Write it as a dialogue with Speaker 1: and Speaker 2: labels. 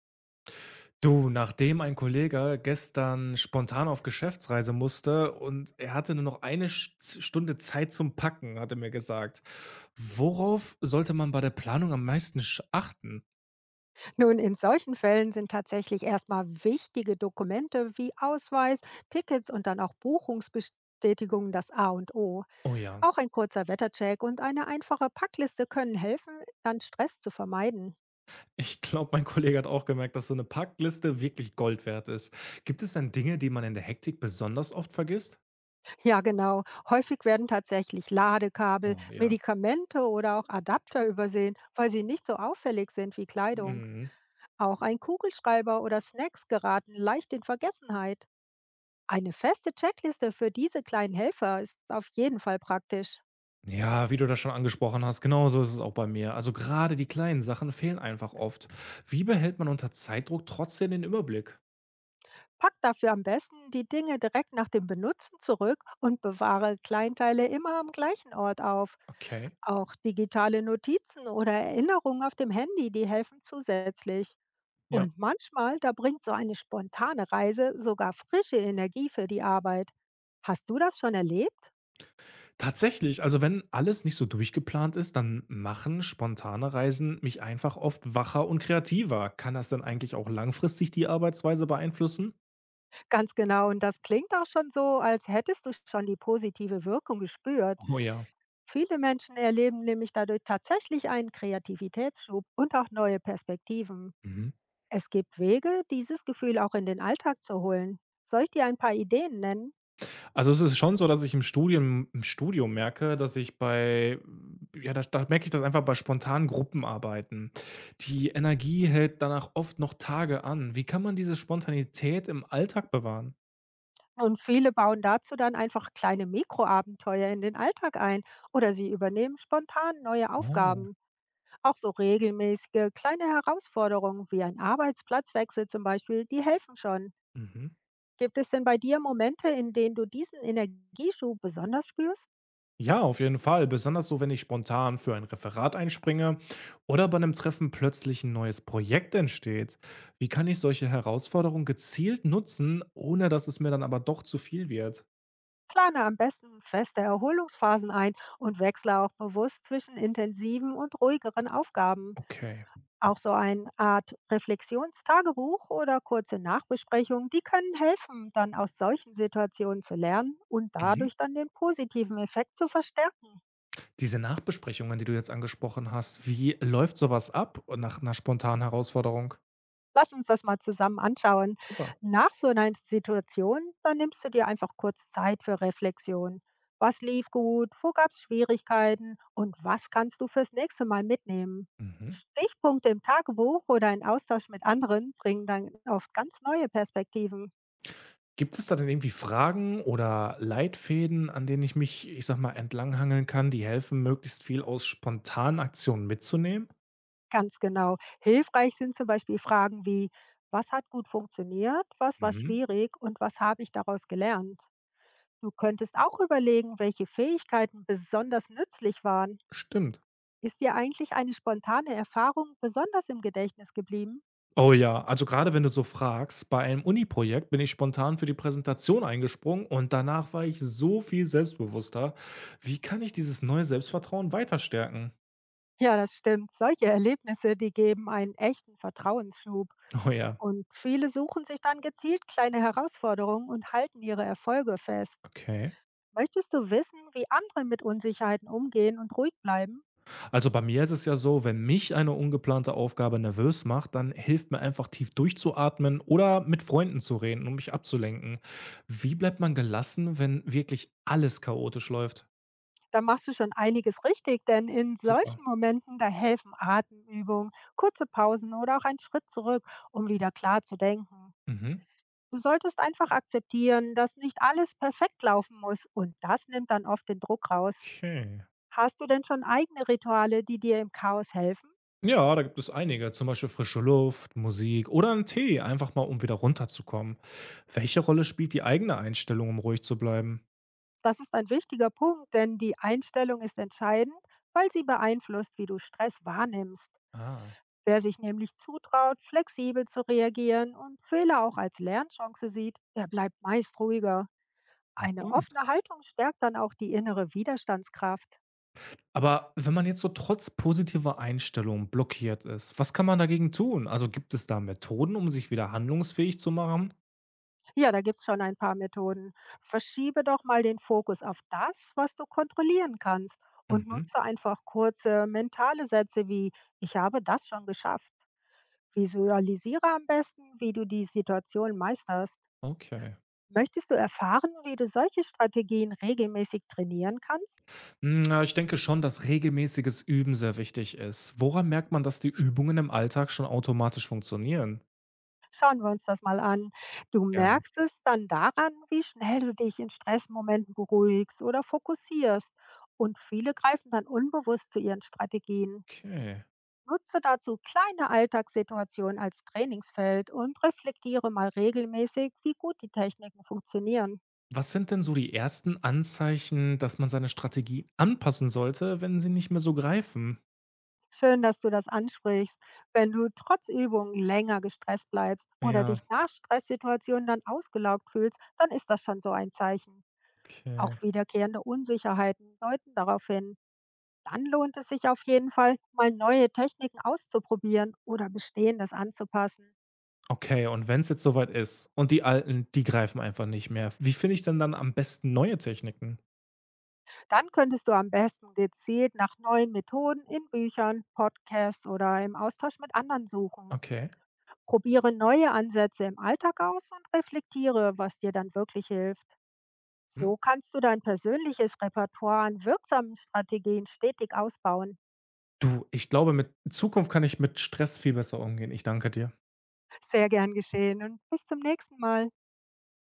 Speaker 1: Du, nachdem ein Kollege gestern spontan auf Geschäftsreise musste und er hatte nur noch eine Stunde Zeit zum Packen, hat er mir gesagt. Worauf sollte man bei der Planung am meisten achten?
Speaker 2: Nun, in solchen Fällen sind tatsächlich erstmal wichtige Dokumente wie Ausweis, Tickets und dann auch Buchungsbestätigungen das A und O.
Speaker 1: Oh ja.
Speaker 2: Auch ein kurzer Wettercheck und eine einfache Packliste können helfen, dann Stress zu vermeiden.
Speaker 1: Ich glaube, mein Kollege hat auch gemerkt, dass so eine Packliste wirklich Gold wert ist. Gibt es dann Dinge, die man in der Hektik besonders oft vergisst?
Speaker 2: Ja, genau. Häufig werden tatsächlich Ladekabel,
Speaker 1: Oh ja.
Speaker 2: Medikamente oder auch Adapter übersehen, weil sie nicht so auffällig sind wie Kleidung.
Speaker 1: Mhm.
Speaker 2: Auch ein Kugelschreiber oder Snacks geraten leicht in Vergessenheit. Eine feste Checkliste für diese kleinen Helfer ist auf jeden Fall praktisch.
Speaker 1: Ja, wie du das schon angesprochen hast, genauso ist es auch bei mir. Also gerade die kleinen Sachen fehlen einfach oft. Wie behält man unter Zeitdruck trotzdem den Überblick?
Speaker 2: Pack dafür am besten die Dinge direkt nach dem Benutzen zurück und bewahre Kleinteile immer am gleichen Ort auf.
Speaker 1: Okay,
Speaker 2: Auch digitale Notizen oder Erinnerungen auf dem Handy, die helfen zusätzlich.
Speaker 1: ja.
Speaker 2: Und manchmal, da bringt so eine spontane Reise sogar frische Energie für die Arbeit. Hast du das schon erlebt?
Speaker 1: Tatsächlich, also wenn alles nicht so durchgeplant ist, dann machen spontane Reisen mich einfach oft wacher und kreativer. Kann das denn eigentlich auch langfristig die Arbeitsweise beeinflussen?
Speaker 2: Ganz genau, und das klingt auch schon so, als hättest du schon die positive Wirkung gespürt.
Speaker 1: Oh ja.
Speaker 2: Viele Menschen erleben nämlich dadurch tatsächlich einen Kreativitätsschub und auch neue Perspektiven.
Speaker 1: Mhm.
Speaker 2: Es gibt Wege, dieses Gefühl auch in den Alltag zu holen. Soll ich dir ein paar Ideen nennen?
Speaker 1: Also es ist schon so, dass ich im Studium merke, dass ich da merke ich das einfach bei spontanen Gruppenarbeiten. Die Energie hält danach oft noch Tage an. Wie kann man diese Spontanität im Alltag bewahren?
Speaker 2: Und viele bauen dazu dann einfach kleine Mikroabenteuer in den Alltag ein oder sie übernehmen spontan neue
Speaker 1: Oh.
Speaker 2: Aufgaben. Auch so regelmäßige kleine Herausforderungen wie ein Arbeitsplatzwechsel zum Beispiel, die helfen schon.
Speaker 1: Mhm.
Speaker 2: Gibt es denn bei dir Momente, in denen du diesen Energieschub besonders spürst?
Speaker 1: Ja, auf jeden Fall. Besonders so, wenn ich spontan für ein Referat einspringe oder bei einem Treffen plötzlich ein neues Projekt entsteht. Wie kann ich solche Herausforderungen gezielt nutzen, ohne dass es mir dann aber doch zu viel wird?
Speaker 2: Plane am besten feste Erholungsphasen ein und wechsle auch bewusst zwischen intensiven und ruhigeren Aufgaben.
Speaker 1: Okay.
Speaker 2: Auch so eine Art Reflexionstagebuch oder kurze Nachbesprechungen, die können helfen, dann aus solchen Situationen zu lernen und
Speaker 1: Mhm.
Speaker 2: dadurch dann den positiven Effekt zu verstärken.
Speaker 1: Diese Nachbesprechungen, die du jetzt angesprochen hast, wie läuft sowas ab nach einer spontanen Herausforderung?
Speaker 2: Lass uns das mal zusammen anschauen.
Speaker 1: Super.
Speaker 2: Nach so einer Situation, dann nimmst du dir einfach kurz Zeit für Reflexion. Was lief gut? Wo gab es Schwierigkeiten? Und was kannst du fürs nächste Mal mitnehmen?
Speaker 1: Mhm.
Speaker 2: Stichpunkte im Tagebuch oder ein Austausch mit anderen bringen dann oft ganz neue Perspektiven.
Speaker 1: Gibt es da denn irgendwie Fragen oder Leitfäden, an denen ich sag mal, entlanghangeln kann, die helfen, möglichst viel aus spontanen Aktionen mitzunehmen?
Speaker 2: Ganz genau. Hilfreich sind zum Beispiel Fragen wie: Was hat gut funktioniert, was war
Speaker 1: Mhm.
Speaker 2: schwierig und was habe ich daraus gelernt? Du könntest auch überlegen, welche Fähigkeiten besonders nützlich waren.
Speaker 1: Stimmt.
Speaker 2: Ist dir eigentlich eine spontane Erfahrung besonders im Gedächtnis geblieben?
Speaker 1: Oh ja, also gerade wenn du so fragst, bei einem Uni-Projekt bin ich spontan für die Präsentation eingesprungen und danach war ich so viel selbstbewusster. Wie kann ich dieses neue Selbstvertrauen weiter stärken?
Speaker 2: Ja, das stimmt. Solche Erlebnisse, die geben einen echten Vertrauensschub.
Speaker 1: Oh ja,
Speaker 2: Und viele suchen sich dann gezielt kleine Herausforderungen und halten ihre Erfolge fest.
Speaker 1: okay.
Speaker 2: Möchtest du wissen, wie andere mit Unsicherheiten umgehen und ruhig bleiben?
Speaker 1: Also bei mir ist es ja so, wenn mich eine ungeplante Aufgabe nervös macht, dann hilft mir einfach tief durchzuatmen oder mit Freunden zu reden, um mich abzulenken. Wie bleibt man gelassen, wenn wirklich alles chaotisch läuft?
Speaker 2: Dann machst du schon einiges richtig, denn in
Speaker 1: Super.
Speaker 2: solchen Momenten, da helfen Atemübungen, kurze Pausen oder auch ein Schritt zurück, um wieder klar zu denken.
Speaker 1: Mhm.
Speaker 2: Du solltest einfach akzeptieren, dass nicht alles perfekt laufen muss, und das nimmt dann oft den Druck raus.
Speaker 1: Okay.
Speaker 2: Hast du denn schon eigene Rituale, die dir im Chaos helfen?
Speaker 1: Ja, da gibt es einige, zum Beispiel frische Luft, Musik oder 'n Tee, einfach mal, um wieder runterzukommen. Welche Rolle spielt die eigene Einstellung, um ruhig zu bleiben?
Speaker 2: Das ist ein wichtiger Punkt, denn die Einstellung ist entscheidend, weil sie beeinflusst, wie du Stress wahrnimmst.
Speaker 1: Ah,
Speaker 2: Wer sich nämlich zutraut, flexibel zu reagieren und Fehler auch als Lernchance sieht, der bleibt meist ruhiger.
Speaker 1: na
Speaker 2: Eine
Speaker 1: gut.
Speaker 2: offene Haltung stärkt dann auch die innere Widerstandskraft.
Speaker 1: Aber wenn man jetzt so trotz positiver Einstellung blockiert ist, was kann man dagegen tun? Also, gibt es da Methoden, um sich wieder handlungsfähig zu machen?
Speaker 2: Ja, da gibt's schon ein paar Methoden. Verschiebe doch mal den Fokus auf das, was du kontrollieren kannst, und
Speaker 1: Mhm,
Speaker 2: nutze einfach kurze mentale Sätze wie: Ich habe das schon geschafft. Visualisiere am besten, wie du die Situation meisterst.
Speaker 1: okay.
Speaker 2: Möchtest du erfahren, wie du solche Strategien regelmäßig trainieren kannst?
Speaker 1: Hm, na, ich denke schon, dass regelmäßiges Üben sehr wichtig ist. Woran merkt man, dass die Übungen im Alltag schon automatisch funktionieren?
Speaker 2: Schauen wir uns das mal an. Du
Speaker 1: Gerne.
Speaker 2: merkst es dann daran, wie schnell du dich in Stressmomenten beruhigst oder fokussierst. Und viele greifen dann unbewusst zu ihren Strategien.
Speaker 1: Okay.
Speaker 2: Nutze dazu kleine Alltagssituationen als Trainingsfeld und reflektiere mal regelmäßig, wie gut die Techniken funktionieren.
Speaker 1: Was sind denn so die ersten Anzeichen, dass man seine Strategie anpassen sollte, wenn sie nicht mehr so greifen?
Speaker 2: Schön, dass du das ansprichst. Wenn du trotz Übungen länger gestresst bleibst oder
Speaker 1: Ja,
Speaker 2: dich nach Stresssituationen dann ausgelaugt fühlst, dann ist das schon so ein Zeichen. Auch
Speaker 1: okay.
Speaker 2: wiederkehrende Unsicherheiten deuten darauf hin. Dann lohnt es sich auf jeden Fall, mal neue Techniken auszuprobieren oder bestehendes anzupassen.
Speaker 1: Okay, und wenn es jetzt soweit ist und die alten, die greifen einfach nicht mehr. Wie finde ich denn dann am besten neue Techniken?
Speaker 2: Dann könntest du am besten gezielt nach neuen Methoden in Büchern, Podcasts oder im Austausch mit anderen suchen.
Speaker 1: Okay.
Speaker 2: Probiere neue Ansätze im Alltag aus und reflektiere, was dir dann wirklich hilft.
Speaker 1: Mhm.
Speaker 2: So kannst du dein persönliches Repertoire an wirksamen Strategien stetig ausbauen.
Speaker 1: Du, ich glaube, mit in Zukunft kann ich mit Stress viel besser umgehen. Ich danke dir.
Speaker 2: Sehr gern geschehen und bis zum nächsten Mal.